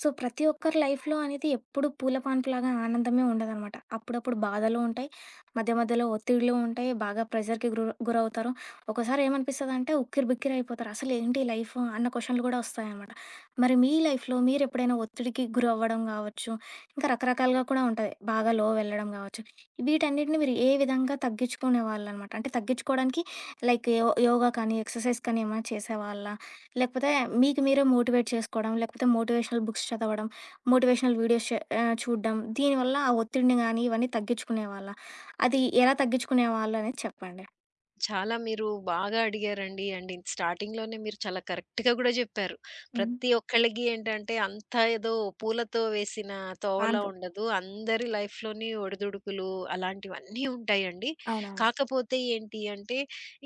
So, ప్రతి ఒక్కరి లైఫ్‌లో అనేది ఎప్పుడు పూల పాన్పులాగా ఆనందమే ఉండదనమాట. అప్పుడప్పుడు బాధలు ఉంటాయి. మధ్య మధ్యలో ఒత్తిడులు ఉంటాయి. బాగా ప్రెషర్‌కి గురవుతారు. ఒక్కోసారి ఏమనిపిస్తదంటే ఉక్కిరిబిక్కిరి అయిపోతారు. అసలేంటి లైఫ్ అన్న క్వశ్చన్‌లు కూడా వస్తాయనమాట. మరి మీ లైఫ్‌లో మీరెప్పుడైనా ఒత్తిడికి గురవ్వడం గావచ్చు, ఇంకా రకరకాలుగా కూడా ఉంటది. బాగా లో వెళ్ళడం గావచ్చు. వీటన్నిటిని మీరు ఏ విధంగా తగ్గించుకునేవాళ్ళనమాట? అంటే తగ్గించుకోవడానికి లైక్ యోగా కానీ, ఎక్సర్‌సైజ్ కానీ ఏమైనా చేసేవాళ్ళా? లేకపోతే మీకు మీరే మోటివేట్ చేసుకోవడం, లేకపోతే మోటివేషనల్ బుక్స్ చదవడం, మోటివేషనల్ వీడియోస్ చూడ్డం. దీనివల్ల ఆ ఒత్తిడిని గానీ, ఇవన్నీ తగ్గించుకునేవాళ్ళా? అది ఎలా తగ్గించుకునేవాళ్ళు అనేది చెప్పండి? చాలా మీరు బాగా అడిగారండి. అండ్ స్టార్టింగ్‌లోనే మీరు చాలా కరెక్ట్‌గా గూడా జెప్పారు. హ్మ్. ప్రతి ఒక్కళ్ళకి ఏంటంటే అంతా ఏదో పూలతో వేసిన తోవలా పాన్పు. ఉండదు. అందరి లైఫ్‌లోని ఒడిదుడుకులు అలాంటివన్నీ ఉంటాయండి. అవునవును. కాకపోతే ఏంటి అంటే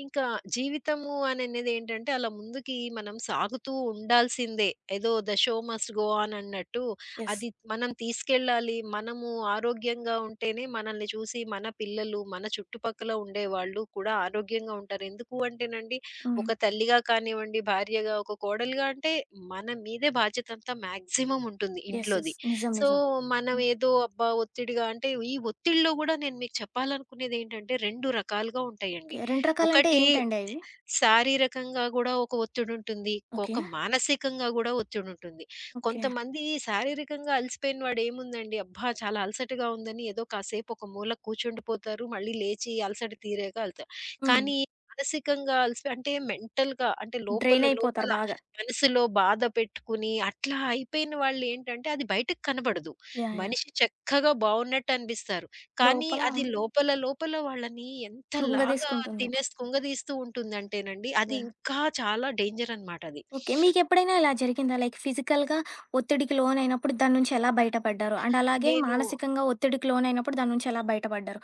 ఇంకా జీవితము అననేది ఏంటంటే అలా ముందుకి మనం సాగుతూ ఉండాల్సిందే. ఏదో the show must go on అన్నట్టు యెస్. అది మనం తీసుకెళ్ళాలి. మనము ఆరోగ్యంగా ఉంటేనే మనల్ని చూసి మన పిల్లలు, మన చుట్టుపక్కల ఉండేవాళ్ళు కూడా ఆరోగ్యంగా ఉంటారు. ఎందుకు అంటేనండి, హ్మ్. ఒక తల్లిగా కానివ్వండి, భార్యగా, ఒక కోడలుగా అంటే మన మీదే బాధ్యత అంతా మాక్సిమమ్ ఉంటుంది యెస్. యెస్. ఇంట్లోది. నిజం. సో, నిజం. మనం హ్మ్. ఏదో అబ్బా! ఒత్తిడిగా అంటే ఈ ఒత్తిడిలో గూడా నేను మీకు చెప్పాలనుకునేదేంటంటే 2 రకాలుగా ఉంటాయండి. ఓకే. 2 రకాలంటే ఒకటి ఏంటండి అవి? శారీరకంగా గూడా ఒక ఒత్తిడుంటుంది. ఓకే. ఒక మానసికంగా గూడా ఒత్తిడుంటుంది. ఓకే. కొంతమంది శారీరకంగా అలసిపోయిన వాడేముందండి, అబ్బా! చాలా అలసటగా ఉందని ఏదో కాసేపు ఒక మూల కూర్చుండిపోతారు. మళ్ళీ లేచి అలసట తీరాక హ్మ్. కానీ మానసికంగా అలసిపోయి అంటే మెంటల్‌గా అంటే లోపల డ్రైనయిపోతారు లోపల బాగా. మనసులో బాధ పెట్టుకుని అట్లా అయిపోయిన వాళ్ళేంటంటే అది బయటకి కనబడదు. యాహ్! యాహ్! మనిషి చక్కగా బావున్నట్టనిపిస్తారు. కానీ లోపల అది లోపల లోపల వాళ్ళని ఎంతలాగా కృంగదీసుకుంటుంది. తినేసి కుంగదీస్తూ ఉంటుందంటేనండి, అది ఇంకా చాలా డేంజర్ అనమాట అది. ఓకే. మీకెప్పుడైనా ఇలా జరిగిందా? లైక్ ఫిజికల్‌గా ఒత్తిడికి లోనైనప్పుడు దాని నుంచి ఎలా బయటపడ్డారు? అండ్ అలాగే నేను మానసికంగా ఒత్తిడికి లోనైనప్పుడు దాని నుంచి ఎలా బయటపడ్డారు?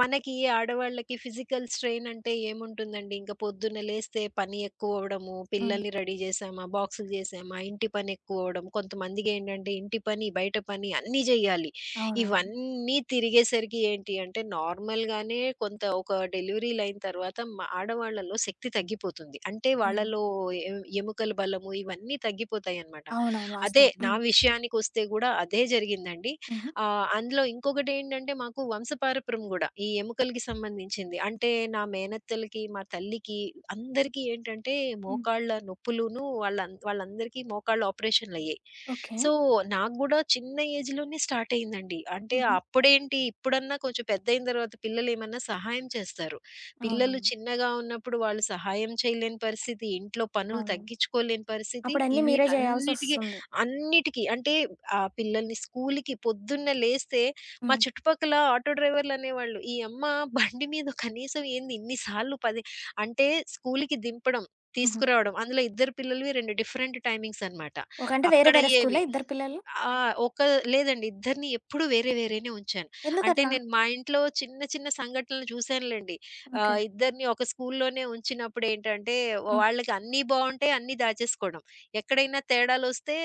మనకి ఆడవాళ్ళకి ఫిజికల్ స్ట్రెయిన్ అంటే ఏముంటుందండి? ఇంక పొద్దున్న లేస్తే పని ఎక్కువవ్వడము, హ్మ్. పిల్లల్ని రెడీ చేశామా, బాక్సులు చేశామా, ఇంటి పని ఎక్కువవ్వడం. కొంతమందికేంటంటే ఇంటి పని, బయట పని అన్నీ జేయాలి. అవునవును. ఇవన్నీ తిరిగేసరికి ఏంటి అంటే నార్మల్‌గానే కొంత ఒక డెలివరీలయిన తర్వాత ఆడవాళ్ళలో శక్తి తగ్గిపోతుంది. అంటే అవును. వాళ్ళలో ఎ ఎముకల బలము ఇవన్నీ తగ్గిపోతాయనమాట. అవునవును. అదే వాస్తవం. నా హ్మ్. విషయానికొస్తే గూడా అదే జరిగిందండి. హుహు. అందులో ఇంకొకటేంటంటే మాకు వంశపారపర్యం గూడా. ఈ ఎముకలకి సంబంధించింది. అంటే నా మేనత్తలకి, మా తల్లికి అందరికీ ఏంటంటే హ్మ్. మోకాళ్ళ నొప్పులును వాళ్ళందరికీ మోకాళ్ళ ఆపరేషన్‌లయ్యాయి. ఓకే. సో, నాకు గూడా చిన్న ఏజ్‌లోనే స్టార్ట్ అయిందండి. అంటే హుహు. అప్పుడేంటి ఇప్పుడన్నా కొంచెం పెద్దయిన తర్వాత పిల్లలేమన్నా సహాయం చేస్తారు. పిల్లలు అవునవును. చిన్నగా ఉన్నప్పుడు వాళ్ళు సహాయం చేయలేని పరిస్థితి, ఇంట్లో పనులు అవునవును. తగ్గించుకోలేని పరిస్థితి, అప్పుడన్నీ మీరే ఇవీటన్నిటికి చేయాల్సొస్తుంది. అన్నిటికి అంటే ఆ పిల్లల్ని స్కూల్‌కి పొద్దున్నే లేస్తే మా హ్మ్. చుట్టుపక్కల ఆటో డ్రైవర్‌లనేవాళ్ళు, "ఈ అమ్మ బండి మీద కనీసం ఏంది ఇన్ని సార్లు పది" అంటే స్కూల్‌కి దింపడం, హుహు. తీసుకురావడం అందులో ఇద్దరు పిల్లలవి 2 డిఫరెంట్ టైమింగ్స్ అన్నమాట. ఓకే. అంటే వేరే వేరే స్కూలా అక్కడయ్యేవి. ఇద్దరు పిల్లలు? ఆ! ఒక లేదండి ఇద్దరిని ఎప్పుడూ వేరే వేరేనే ఉంచాను. అంటే ఎందుకట్లా? నేను మా ఇంట్లో చిన్న చిన్న సంఘటనలు చూసానులెండి. ఓకే. ఇద్దరిని ఒక స్కూల్‌లోనే ఉంచినప్పుడేంటంటే హ్మ్. వాళ్ళకి అన్నీ బావుంటాయి, అన్నీ దాచేసుకోవడం. ఎక్కడైనా తేడాలొస్తే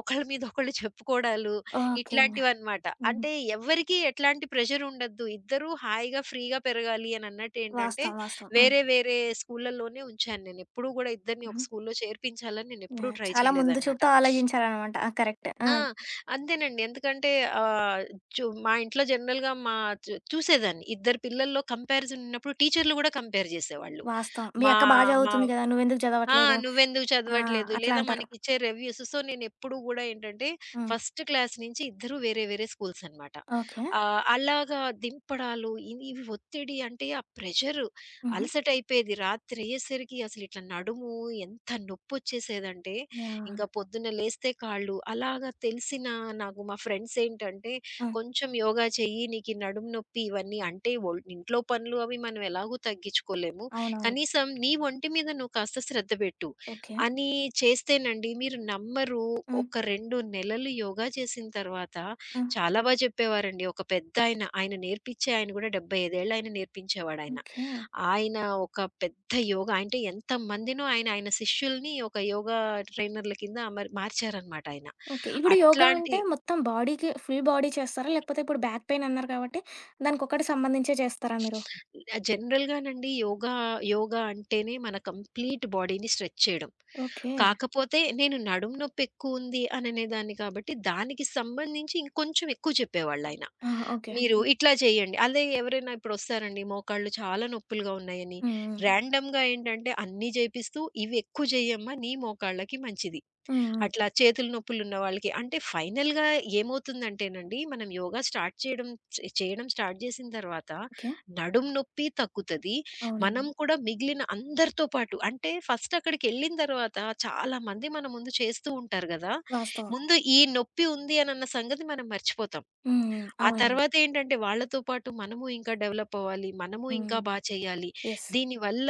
ఒకళ్ళ మీద ఒకళ్ళు చెప్పుకోవడాలు ఓకే. ఇట్లాంటివన్నమాట. హుహు. అంటే ఎవ్వరికీ ఎట్లాంటి ప్రెషర్ ఉండొద్దు. ఇద్దరూ హాయిగా ఫ్రీగా పెరగాలి అనన్నట్టేంటంటే వాస్తవం. వాస్తవం. హ్మ్. వేరే వేరే స్కూల్‌లలోనే ఉంచాను నేనెప్పుడూ గూడా ఇద్దరిని ఒక హుహు. స్కూల్‌లో చేర్పించాలని నేనెప్పుడూ యాహ్! ట్రై చాలా ముందు చేయలేదన్నమాట. చూపుతో ఆలోచించారనమాట. ఆ! కరెక్ట్. ఆ! ఆ! అంతేనండి. ఎందుకంటే ఆహ్, చు మా ఇంట్లో జనరల్‌గా మా చు చూసేదాన్ని. ఇద్దరు పిల్లల్లో కంపారిజన్ ఉన్నప్పుడు టీచర్‌లు గూడా కంపేర్ జేసేవాళ్ళు. వాస్తవం. మీ మా అక్క బా మా చదువుతుంది గదా! నువ్వెందుకు ఆ! చదవట్లేదు? "నువ్వెందుకు ఆ! చదవట్లేదు?" అట్లా లేదా అంటారు. మనకిచ్చే రివ్యూస్. సో, నేనెప్పుడు గూడా ఏంటంటే, హ్మ్. ఫస్ట్ క్లాస్ నుంచి ఇద్దరు వేరే వేరే స్కూల్స్ అనమాట. ఓకే. అలాగా దింపడాలు, ఇవి ఇవి ఒత్తిడి అంటే ఆ ప్రెషరు, హుహు. అలసటయిపోయేది. రాత్రయ్యేసరికి అసలిట్లా నడుము ఎంత నొప్పొచ్చేసేదంటే, యాహ్! ఇంకా పొద్దున్న లేస్తే కాళ్ళు. అలాగా తెలిసిన నాకు మా ఫ్రెండ్స్ ఏంటంటే, హ్మ్. "కొంచెం యోగా చెయ్యి, నీకీ నడుము నొప్పి ఇవన్నీ" అంటే ఒల్ ఇంట్లో పనులు అవి మనం ఎలాగూ తగ్గించుకోలేము. అవునవును. కనీసం నీ ఒంటి మీద నువ్వు కాస్త శ్రద్ధ పెట్టు. ఓకే. అని చేస్తేనండి మీరు నమ్మరు. హ్మ్. ఒక 2 నెలలు యోగా చేసిన తర్వాత హ్మ్. చాలా బా చెప్పేవారండి. ఒక పెద్దాయన, ఆయన ఆయన నేర్పించే ఆయన గూడా 75 ఏళ్ళాయన నేర్పించేవాడాయన. ఓకే. ఆయన ఆయన ఒక పెద్ద యోగా అంటే ఎంతమందినో ఆయన, ఆయన శిష్యుల్ని ఒక యోగా ట్రైనర్‌ల కింద మార్చారనమాట ఆయన. ఓకే. ఇప్పుడు యోగా అట్లాంటి అంటే మొత్తం బాడీకి ఫుల్ బాడీ చేస్తారా? లేకపోతే ఇప్పుడు బ్యాక్ పెయిన్ అన్నారు కాబట్టి దానికొక్కటి సంబంధించే చేస్తారా మీరు? జనరల్‌గానండి యోగా అంటేనే మన కంప్లీట్ బాడీని స్ట్రెచ్ చేయడం. ఓకే. కాకపోతే నేను నడుము నొప్పి ఎక్కువుంది అని అనేదాన్ని కాబట్టి దానికి సంబంధించి ఇంకొంచెం ఎక్కువ చెప్పేవాళ్ళాయన. ఆహా! ఓకే. మీరు హుహు. ఇట్లా చేయండి. అదే ఎవరైనా ఇప్పుడొస్తారండి మోకాళ్ళు చాలా నొప్పులుగా ఉన్నాయని, హ్మ్. హ్మ్. హ్మ్. ర్యాండమ్‌గా ఏంటంటే అన్నీ చేపిస్తూ ఇవి ఎక్కువ చేయమ్మా నీ మోకాళ్ళకి మంచిది. హ్మ్. హ్మ్. అట్లా చేతులు నొప్పులున్న వాళ్ళకి అంటే ఫైనల్‌గా ఏమవుతుందంటేనండి, మనం యోగా స్టార్ట్ చేయడం చేయడం స్టార్ట్ జేసిన తర్వాత ఓకే. నడుము నొప్పి తగ్గుతది. అవునవును. మనం కూడా మిగిలిన అందరితో పాటు అంటే ఫస్ట్ అక్కడికెళ్ళిన తర్వాత చాలామంది మన ముందు చేస్తూ ఉంటారు గదా! వాస్తవం. ముందు ఈ నొప్పి ఉంది అనన్న సంగతి మనం మర్చిపోతాం. హ్మ్. హ్మ్. ఆ అవునవును. తర్వాతేంటంటే వాళ్ళతో పాటు మనము ఇంకా డెవలప్ అవ్వాలి. మనము ఇంకా హ్మ్. బా చేయాలి. యెస్. దీనివల్ల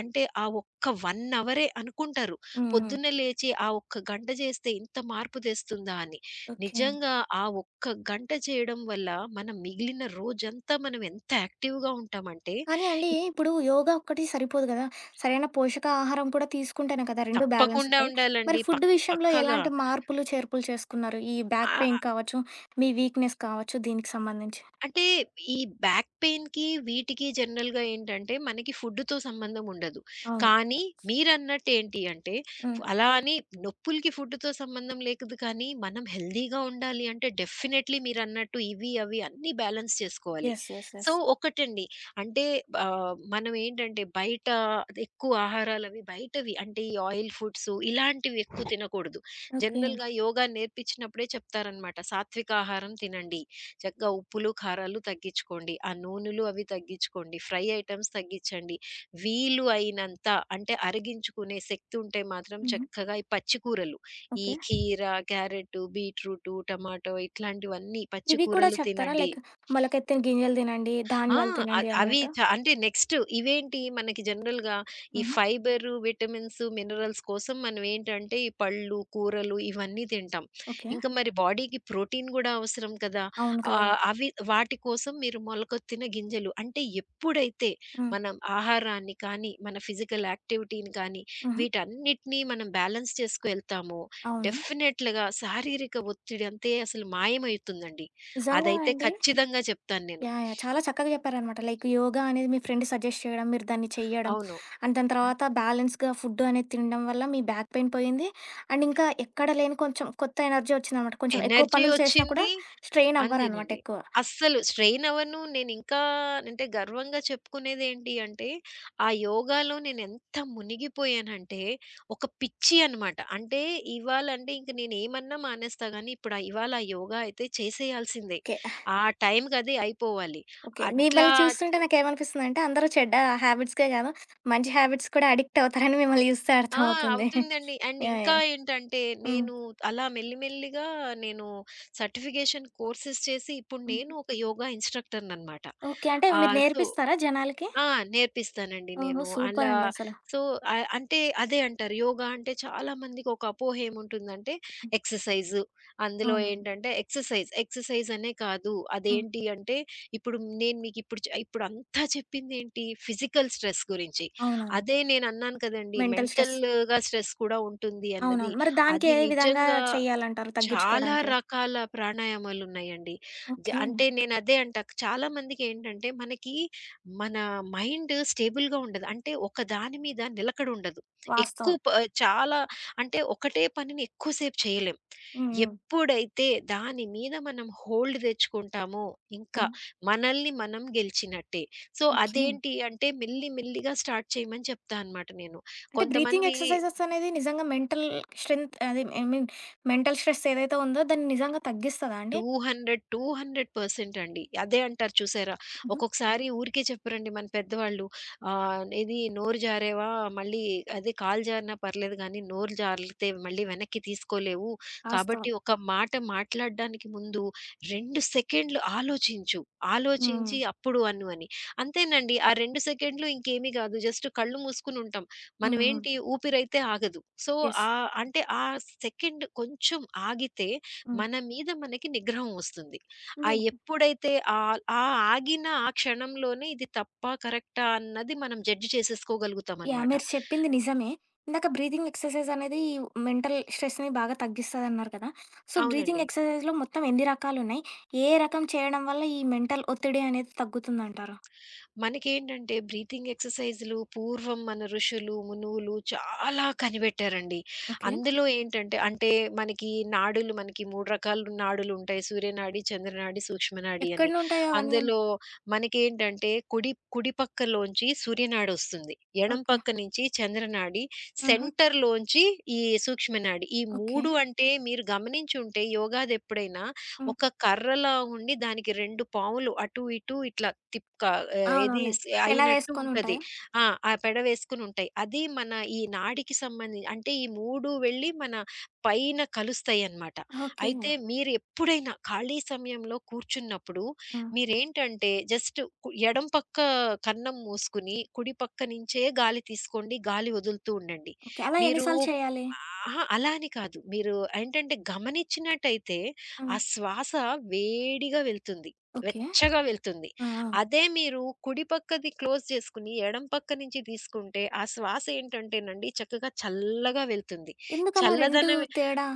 అంటే ఆ ఒక్క 1 అవరే అనుకుంటారు. హ్మ్. హ్మ్. పొద్దున్నే లేచి ఆ ఒక్క గంట చేస్తే ఇంత మార్పు తెస్తుందా అని. ఓకే. నిజంగా ఆ ఒక్క గంట చేయడం వల్ల మనం మిగిలిన రోజంతా మనం ఎంత యాక్టివ్‌గా ఉంటామంటే కానీ అండి, ఇప్పుడు యోగా ఒక్కటి సరిపోదు గదా! సరైన పోషకాహారం కూడా తీసుకుంటేనే కదా! 2 బ్యాలెన్స్ తప్పకుండా ఉంటాయి. మరి ఉండాలండి. ఫుడ్ విషయంలో పక్కాగా. ఎలాంటి మార్పులు, చేర్పులు చేసుకున్నారు? ఈ బ్యాక్ పెయిన్ ఆ! కావచ్చు, మీ వీక్‌నెస్ కావచ్చు దీనికి సంబంధించి? అంటే ఈ బ్యాక్ పెయిన్‌కి, వీటికి జనరల్‌గా ఏంటంటే, మనకి ఫుడ్‌తో సంబంధం ఉండదు. అవును. కానీ మీరన్నట్టు ఏంటి అంటే, హ్మ్. అలా అని నొప్పులకి ఫుడ్‌తో సంబంధం లేకదు కానీ, మనం హెల్తీగా ఉండాలి అంటే డెఫినైట్‌లీ మీరన్నట్టు ఇవి, అవి అన్నీ బ్యాలెన్స్ చేసుకోవాలి. యెస్. యెస్. So, yes. ఒకటండి అంటే మనం ఏంటంటే బయట ఎక్కువ ఆహారాలవి బయటవి అంటే ఈ ఆయిల్ ఫుడ్స్ ఇలాంటివి ఎక్కువ తినకూడదు. ఓకే. జనరల్‌గా యోగా నేర్పించినప్పుడే చెప్తారనమాట. సాత్విక ఆహారం తినండి. చక్కగా ఉప్పులు, కారాలు తగ్గించుకోండి. ఆ నూనెలు అవి తగ్గించుకోండి. ఫ్రై ఐటెమ్స్ తగ్గించండి. వీలు అయినంత అంటే అరిగించుకునే శక్తి ఉంటే మాత్రం హుహు. చక్కగా ఈ పచ్చి కూరలు, ఈ ఓకే. కీర, క్యారెటు, బీట్రూటు, టమాటో ఇట్లాంటివన్నీ పచ్చి ఇవి కూడా కూరలు చెప్తారా? తినండి. లైక్ మొలకెత్తిన గింజలు తినండి, ఆ! ధాన్యాలు తినండి అద్ అవి అన్నట్టు. చ అంటే నెక్స్ట్ ఇవేంటి మనకి జనరల్‌గా ఈ హుహు. ఫైబరు, విటమిన్స్, మినరల్స్ కోసం మనం ఏంటంటే ఈ పళ్ళు, కూరలు ఇవన్నీ తింటాం. ఓకే. ఇంకా మరి బాడీకి ప్రోటీన్ గూడా అవసరం కదా! అవును కదా! అవి వాటి కోసం మీరు మొలకొత్తిన గింజలు అంటే ఎప్పుడైతే హ్మ్. మనం ఆహారాన్ని కానీ, మన ఫిజికల్ యాక్టివిటీని కానీ హుహు. వీటన్నిటిని మనం బ్యాలెన్స్ చేసుకు ఎళ్తామో అవును. డెఫినెట్‌గా శారీరక ఒత్తిడి అంతే అసలు మాయమవుతుందండి. నిజంగా అదైతే అండి. ఖచ్చితంగా చెప్తాను నేను. యాహ్! యాహ్! చాలా చక్కగా చెప్పారనమాట. లైక్ యోగా అనేది మీ ఫ్రెండ్ సజెస్ట్ చేయడం, మీరు దాన్ని చెయ్యడం. అవును. అండ్ దాని తర్వాత అది. బ్యాలెన్స్‌గా ఫుడ్ అనేది తినడం వల్ల మీ బ్యాక్ పెయిన్ పోయింది. అండ్ ఇంకా ఎక్కడ లేని కొంచెం కొత్త ఎనర్జీ వచ్చిందనమాట. కొంచెం ఎక్కువ ఎనర్జీ పనులు చేషినా కూడా ఒచ్చింది. స్ట్రెయిన్ అవ్వరనమాట అంతేనండి. ఎక్కువ. అస్సలు స్ట్రెయిన్ అవ్వను. నేనింకా అంటే గర్వంగా చెప్పుకునేదేంటి అంటే, ఆ యోగాలో నేనెంత మునిగిపోయానంటే, ఒక పిచ్చి అనమాట. అంటే ఇవాళంటే ఇంక నేనేమన్నా మానేస్తా గానీ, ఇప్పుడు ఆ ఇవాళ ఆ యోగా అయితే చేసేయాల్సిందే. ఓకే. ఆ టైంకది అయిపోవాలి. ఓకే. అట్లా మిమ్మల్ని చూస్తుంటే నాకేమనిపిస్తుందంటే అందరూ చెడ్డ హ్యాబిట్స్‌కే కాదు, మంచి హ్యాబిట్స్ కూడా అడిక్ట్ అవుతారని మిమ్మల్ని చూస్తే ఆ! అర్థమవుతుంది. అవుతుందండి. And yeah! ఇంకా యాహ్! ఏంటంటే, హ్మ్. నేను అలా మెల్లిమెల్లిగా నేను సర్టిఫికేషన్ కోర్సెస్ చేసి ఇప్పుడు హ్మ్. నేను ఒక యోగా ఇన్‌స్ట్రక్టర్‌ననమాట. ఓకే. అంటే మీరు ఆహ్, సో నేర్పిస్తారా జనాలకి? ఆ! నేర్పిస్తానండి ఓహో! నేను. అలా సూపరండి అసల. సో, అంటే అదే అంటారు. యోగా అంటే చాలా మందికి ఒక అపోహ ఏముంటుందంటే హ్మ్. ఎక్సర్‌సైజు. అందులో అవునవును. ఏంటంటే ఎక్సర్‌సైజ్ అనే కాదు. హ్మ్. అదేంటి అంటే ఇప్పుడు నేను మీకిప్పుడు చ ఇప్పుడంతా చెప్పిందేంటి ఫిజికల్ స్ట్రెస్ గురించి. అవునవును. అదే నేనన్నాను కదండీ! Mental stress. మెంటల్‌గా స్ట్రెస్ కూడా ఉంటుంది అన్నది. అవునవును. మరి దానికి అది ఏ విధంగా నిజంగా చేయాలంటారు చాలా తగ్గించుకోవడానికి? రకాల ప్రాణాయామాలున్నాయండి. ఓకే. అంటే నేనదే అంటా చాలా మందికేంటంటే మనకి మన మైండ్ స్టేబుల్‌గా ఉండదు. అంటే ఒక దాని మీద నిలకడుండదు. వాస్తవం. ఎక్కువ ప చాలా అంటే ఒకటే పనిని ఎక్కువసేపు చేయలేం. హ్మ్. హ్మ్. ఎప్పుడైతే దాని మీద మనం హోల్డ్ తెచ్చుకుంటామో ఇంకా హ్మ్. మనల్ని మనం గెలిచినట్టే. So okay. అదేంటి అంటే మెల్లి మెల్లిగా స్టార్ట్ చేయమని చెప్తా అనమాట నేను. అంటే బ్రీతింగ్ కొంతమంది ఎక్సర్‌సైజెస్ అనేది నిజంగా మెంటల్ స్ట్రెంత్ అదే ఐ మీన్ మెంటల్ స్ట్రెస్ ఏదైతే ఉందో దాన్ని నిజంగా తగ్గిస్తదా అండి? 200% అండి. అదే అంటారు చూసారా? హుహు. ఒక్కొక్కసారి ఊరికే చెప్పరండి మన పెద్దవాళ్ళు. ఇది నోరు జారేవా మళ్ళీ అదే కాలు జారినా పర్లేదు గానీ, నోరు జారితే మళ్ళీ వెనక్కి తీసుకోలేవు. వాస్తవం. కాబట్టి ఒక మాట మాట్లాడడానికి ముందు 2 సెకండ్లు ఆలోచించు. హ్మ్. ఆలోచించి అప్పుడు అను అని. అంతేనండి. ఆ 2 సెకండ్లు ఇంకేమీ గాదు. జస్ట్ కళ్ళు మూసుకొని ఉంటాం. హ్మ్. హ్మ్. మనమేంటి ఊపిరైతే ఆగదు. So, yes. అంటే ఆ సెకండ్ కొంచెం ఆగితే మన మీద మనకి నిగ్రహం వస్తుంది. ఆ హ్మ్. ఎప్పుడైతే ఆ ఆగిన ఆ క్షణంలోనే ఇది తప్పా, కరెక్టా అన్నది మనం జడ్జ్ యాహ్! చేసేసుకోగలుగుతామనమాట. మీరు చెప్పింది నిజమే. ఇందాక బ్రీతింగ్ ఎక్సర్‌సైజ్ అనేది మెంటల్ స్ట్రెస్‌ని బాగా తగ్గిస్తదన్నారు కదా! సో, బ్రీతింగ్ అవునండి. ఎక్సర్‌సైజ్‌లో మొత్తం ఎన్ని రకాలున్నాయి? ఏ రకం చేయడం వల్ల ఈ మెంటల్ ఒత్తిడి అనేది తగ్గుతుందంటారు? మనకేంటంటే బ్రీతింగ్ ఎక్సర్‌సైజులు పూర్వం మన ఋషులు, మునువులు చాలా కనిపెట్టారండి. ఓకే. అందులో ఏంటంటే అంటే మనకి నాడులు మనకి 3 రకాల నాడులుంటాయి. సూర్యనాడి, చంద్రనాడి, సూక్ష్మనాడి ఎక్కడి అని. నుంటాయి అవన్నీ? అందులో మనకేంటంటే కుడి కుడి పక్కలోంచి సూర్యనాడొస్తుంది. ఎడం ఓకే. పక్క నుంచి చంద్రనాడి, ఆహా! సెంటర్‌లోంచి ఈ సూక్ష్మనాడి. ఈ ఓకే. 3 అంటే మీరు గమనించుంటే యోగాదెప్పుడైనా హ్మ్. ఒక కర్రలా ఉండి దానికి 2 పాములు అటు ఇటు ఇట్లా ఏది అవునవునులే. స్ పెన అయినట్టు వేసుకొని ఉంటది. ఉంటాయా? ఆ! ఆ పెడవేసుకొని ఉంటాయి. అది మన ఈ నాడికి సంబంధి అంటే ఈ 3 వెళ్ళి మన పైన కలుస్తాయన్నమాట. ఓకే. అయితే మీరు ఎప్పుడైనా ఖాళీ సమయంలో కూర్చున్నప్పుడు ఆ! మీరేంటంటే జస్ట్ ఎడం పక్క కన్నం మూసుకుని కుడి పక్క నుంచే గాలి తీసుకోండి. గాలి వదులుతూ ఉండండి. ఓకే. అలా ఎన్ని మీరు సార్లు చేయాలి? అహా! అలా అని కాదు. మీరు ఏంటంటే గమనించినట్టయితే హ్మ్. ఆ శ్వాస వేడిగా వెళ్తుంది. ఓకే. వెచ్చగా వెళ్తుంది. ఆ! ఆ! అదే మీరు కుడి పక్కది క్లోజ్ చేసుకొని, ఎడం పక్క నుంచి తీసుకుంటే, ఆ శ్వాసేంటంటేనండి చక్కగా చల్లగా వెళ్తుంది. ఎందుకలా 2 చల్లదనం తేడా?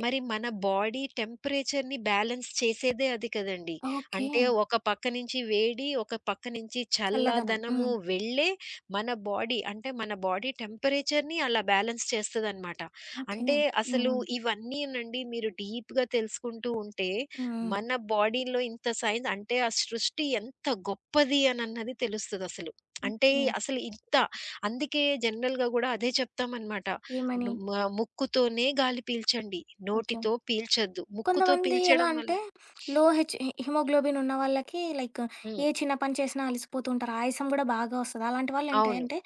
ఎ మరి మన బాడీ టెంపరేచర్‌ని బ్యాలెన్స్ చేసేదే అది కదండీ. ఓకే. అంటే ఒక పక్క నుంచి వేడి, ఒక పక్క నుంచి చల్లదనం. హ్మ్. చల్లదనము వెళ్ళే మన బాడీ అంటే మన బాడీ టెంపరేచర్‌ని అలా బ్యాలెన్స్ చేస్తదనమాట. ఓకే. అంటే హ్మ్. హ్మ్. అసలు హ్మ్. ఇవన్నీనండి మీరు డీప్‌గా తెలుసుకుంటూ ఉంటే హ్మ్. మన బాడీలో ఇంత సైన్స్ అంటే ఆ సృష్టి ఎంత గొప్పది అనన్నది తెలుస్తదసలు. అంటే ఓకే. అసలు ఇంత అందుకే జనరల్‌గా గూడా అదే చెప్తామనమాట. ఏమని? ను మ ముక్కుతోనే గాలి పీల్చండి. ఓకే. నోటితో పీల్చొద్దు. ముక్కుతో కొంతమంది ఎలా పీల్చడం వల్ల అంటే లో హెచ్ హిమోగ్లోబిన్ ఉన్న వాళ్ళకి లైక్ హ్మ్. ఏ చిన్న పని చేసినా అలిసిపోతూ ఉంటారు. ఆయాసం గూడా బాగా వస్తది. అలాంటి వాళ్ళేంటి అవును. అంటే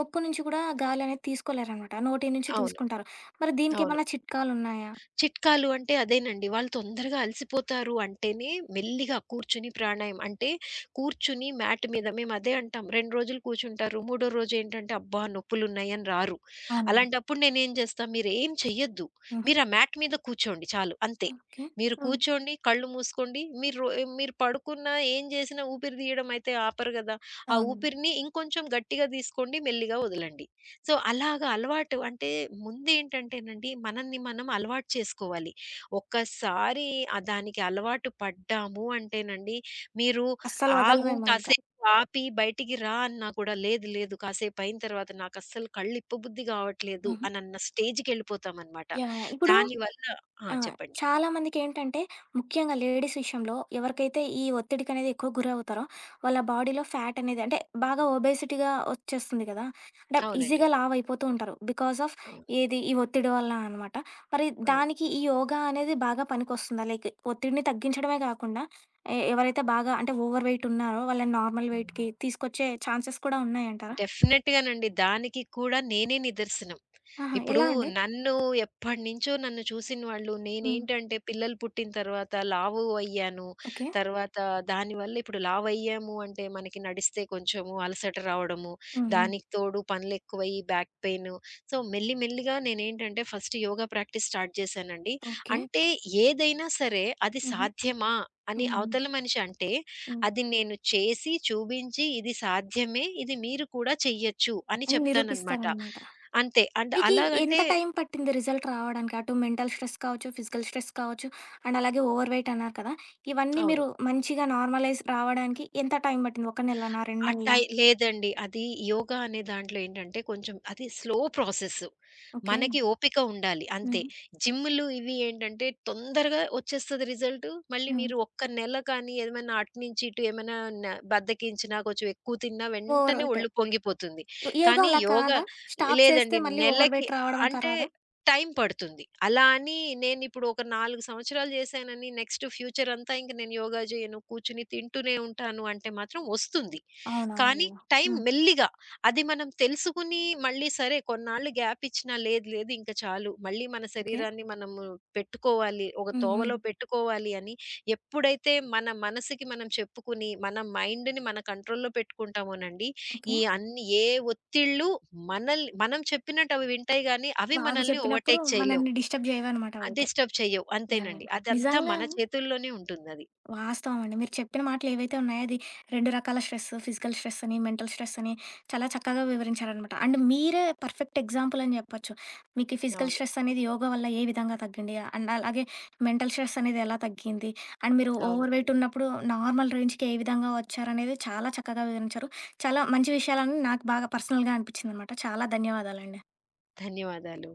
ముక్కు నుంచి కూడా గాలి అనేది తీసుకోలేరనమాట. నోటి నుంచి అవును. తీసుకుంటారు. మరి అవును. దీనికేమన్నా చిట్కాలున్నాయా? చిట్కాలు అంటే అదేనండి. వాళ్ళు తొందరగా అలసిపోతారు అంటేనే మెల్లిగా కూర్చొని ప్రాణాయామం. అంటే కూర్చుని మ్యాట్ మీద మేమదే అంటాం. 2 రోజులు కూర్చుంటారు. మూడో రోజేంటంటే అబ్బా! నొప్పులున్నాయని రారు. అవునండి. అలాంటప్పుడు నేనేం చేస్తా మీరేం చెయ్యొద్దు. హుహు. మీరు ఆ మ్యాట్ మీద కూర్చోండి చాలు అంతే. ఓకే. మీరు హ్మ్. కూర్చోండి, కళ్ళు మూసుకోండి. మీరు పడుకున్నా ఏం చేసినా ఊపిరి తీయడం అయితే ఆపరు గదా! ఆ అవునండి. ఊపిరిని ఇంకొంచెం గట్టిగా తీసుకోండి, మెల్లిగా వదలండి. సో, అలాగా అలవాటు అంటే ముందేంటంటేనండి మనల్ని మనం అలవాటు చేసుకోవాలి. ఒక్కసారి దానికి అలవాటు పడ్డాము అంటేనండి మీరు అస్సలు ఆగు వదలమేమో ఇంకా. కాసేపు ఆపి బయటికి రా అన్నా కూడా లేదు లేదు కాసేపయిన తర్వాత నాకస్సలు కళ్ళిప్పబుద్ధి గావట్లేదు హుహు. అనన్న స్టేజ్‌కెళ్ళిపోతామనమాట. యాహ్! యాహ్! ఇప్పుడు దానివల్ల ఆ! ఆ! చెప్పండి. చాలా మందికేంటంటే, ముఖ్యంగా లేడీస్ విషయంలో ఎవరికైతే ఈ ఒత్తిడికనేది ఎక్కువ గురవుతారో, వాళ్ళ బాడీలో ఫ్యాట్ అనేది అంటే బాగా ఒబేసిటీగా వచ్చేస్తుంది కదా! అంటే అవునండి. ఈజీగా లావయిపోతూ ఉంటారు. బికాస్ ఆఫ్ అవును. ఏది ఈ ఒత్తిడి వల్ల అనమాట. మరి అవును. దానికి ఈ యోగా అనేది బాగా పనికొస్తుందా? లైక్ ఒత్తిడిని తగ్గించడమే కాకుండా ఎవరైతే బాగా అంటే ఓవర్ వెయిట్ ఉన్నారో వాళ్ళని నార్మల్ అవును. వెయిట్‌కి తీసుకొచ్చే ఛాన్సెస్ కూడా ఉన్నాయంటారా? డెఫినెట్‌గానండి. దానికి కూడా నేనే నిదర్శనం. ఆహా! ఇప్పుడు ఎలా అండి? నన్ను ఎప్పటినుంచో నన్ను చూసిన వాళ్ళు హ్మ్. నేనేంటంటే పిల్లలు పుట్టిన తర్వాత లావు అయ్యాను. ఓకే. తర్వాత దానివల్ల ఇప్పుడు లావయ్యాము అంటే మనకి నడిస్తే కొంచెము అలసట రావడము, హ్మ్. హ్మ్. దానికి తోడు పనులెక్కువయ్యి బ్యాక్ పెయిను. సో, మెల్లి మెల్లిగా నేనేంటంటే ఫస్ట్ యోగా ప్రాక్టీస్ స్టార్ట్ చేశానండి. ఓకే. అంటే ఏదైనా సరే అది హుహు. సాధ్యమా అని హ్మ్. హ్మ్. అవతల మనిషి అంటే హ్మ్. అది నేను చేసి చూపించి ఇది సాధ్యమే, ఇది మీరు కూడా చెయ్యొచ్చు అని అని చెప్తాననమాట. నిరూపిస్తారనమాట. అంతే. అంటే మీకీ అలాగంటే ఎంత టైం పట్టింది రిజల్ట్ రావడానికి? అటు మెంటల్ స్ట్రెస్ కావచ్చు, ఫిజికల్ స్ట్రెస్ కావచ్చు అండ్ అలాగే ఓవర్ వెయిట్ అన్నారు కదా! ఇవన్నీ అవును. మీరు మంచిగా నార్మలైజ్ రావడానికి ఎంత టైం పట్టింది? 1 నెలనా? 2 ఆ నెలలా? టై లేదండి. అది యోగా అనే దాంట్లో ఏంటంటే కొంచెం అది స్లో ప్రాసెస్. ఓకే. మనకి ఓపిక ఉండాలి అంతే. హుహు. జిమ్‌లు ఇవి ఏంటంటే తొందరగా వచ్చేస్తది రిజల్ట్. మళ్ళీ హ్మ్. మీరు ఒక్క నెల కానీ ఏమైనా అటు నుంచి ఇటు ఏమైనా న బద్ధకించినా కొంచెం ఎక్కువ తిన్నా ఓవర్ వెంటనే వెయిట్. ఒళ్ళు పొంగిపోతుంది. యోగా కానీ అలా యోగా కాదా? స్టాప్ చేస్తే లేదండి మళ్ళీ ఓవర్ నెలకి వెయిట్ రావడం అట్లా అంటే రాదా? టైం పడుతుంది. అలా అని నేనిప్పుడు ఒక 4 సంవత్సరాలు చేశానని నెక్స్ట్ ఫ్యూచర్ అంతా ఇంక నేను యోగా చేయను, కూర్చొని తింటూనే ఉంటాను అంటే మాత్రం వస్తుంది. అవునవును కానీ కదా! టైం హ్మ్. మెల్లిగా అది మనం తెలుసుకుని మళ్ళీ సరే కొన్నాళ్ళు గ్యాప్ ఇచ్చినా లేదు లేదు ఇంక చాలు మళ్ళీ మన ఓకే. శరీరాన్ని మనము పెట్టుకోవాలి ఒక హ్మ్. హ్మ్. తోవలో పెట్టుకోవాలి అని ఎప్పుడైతే మన మనసుకి మనం చెప్పుకుని మన మైండ్‌ని మన కంట్రోల్‌లో పెట్టుకుంటామోనండి ఓకే. ఈ అన్ని ఏ ఒత్తిళ్ళు మనం చెప్పినట్టు అవి వింటాయి గానీ అవి బాగా మనల్ని చెప్పినప్పుడు ఓవర్‌టేక్ చేయలేవు. మనల్ని డిస్టర్బ్ చేయవనమాట అవైతే. డిస్టర్బ్ చెయ్యవు యాహ్! అంతేనండి. యాహ్! అదంతా నిజంగా మన చేతుల్లోనే ఉంటుందది. వాస్తవం అండి. మీరు చెప్పిన మాటలు ఏవైతే ఉన్నాయో, అది 2 రకాల స్ట్రెస్, ఫిజికల్ స్ట్రెస్ అని, మెంటల్ స్ట్రెస్ అని చాలా చక్కగా వివరించారనమాట. అండ్ మీరే పర్ఫెక్ట్ ఎగ్జాంపుల్ అని చెప్పొచ్చు. మీకు ఫిజికల్ అవును. స్ట్రెస్ అనేది యోగా వల్ల ఏ విధంగా తగ్గింది? అండ్ అలాగే మెంటల్ స్ట్రెస్ అనేది ఎలా తగ్గింది? అండ్ మీరు ఓవర్ అవునండి. వెయిట్ ఉన్నప్పుడు నార్మల్ రేంజ్‌కి ఏ విధంగా వచ్చారనేది చాలా చక్కగా వివరించారు. చాలా మంచి విషయాలని నాకు బాగా పర్సనల్‌గా అనిపించిందనమాట. చాలా ధన్యవాదాలండి. ధన్యవాదాలు.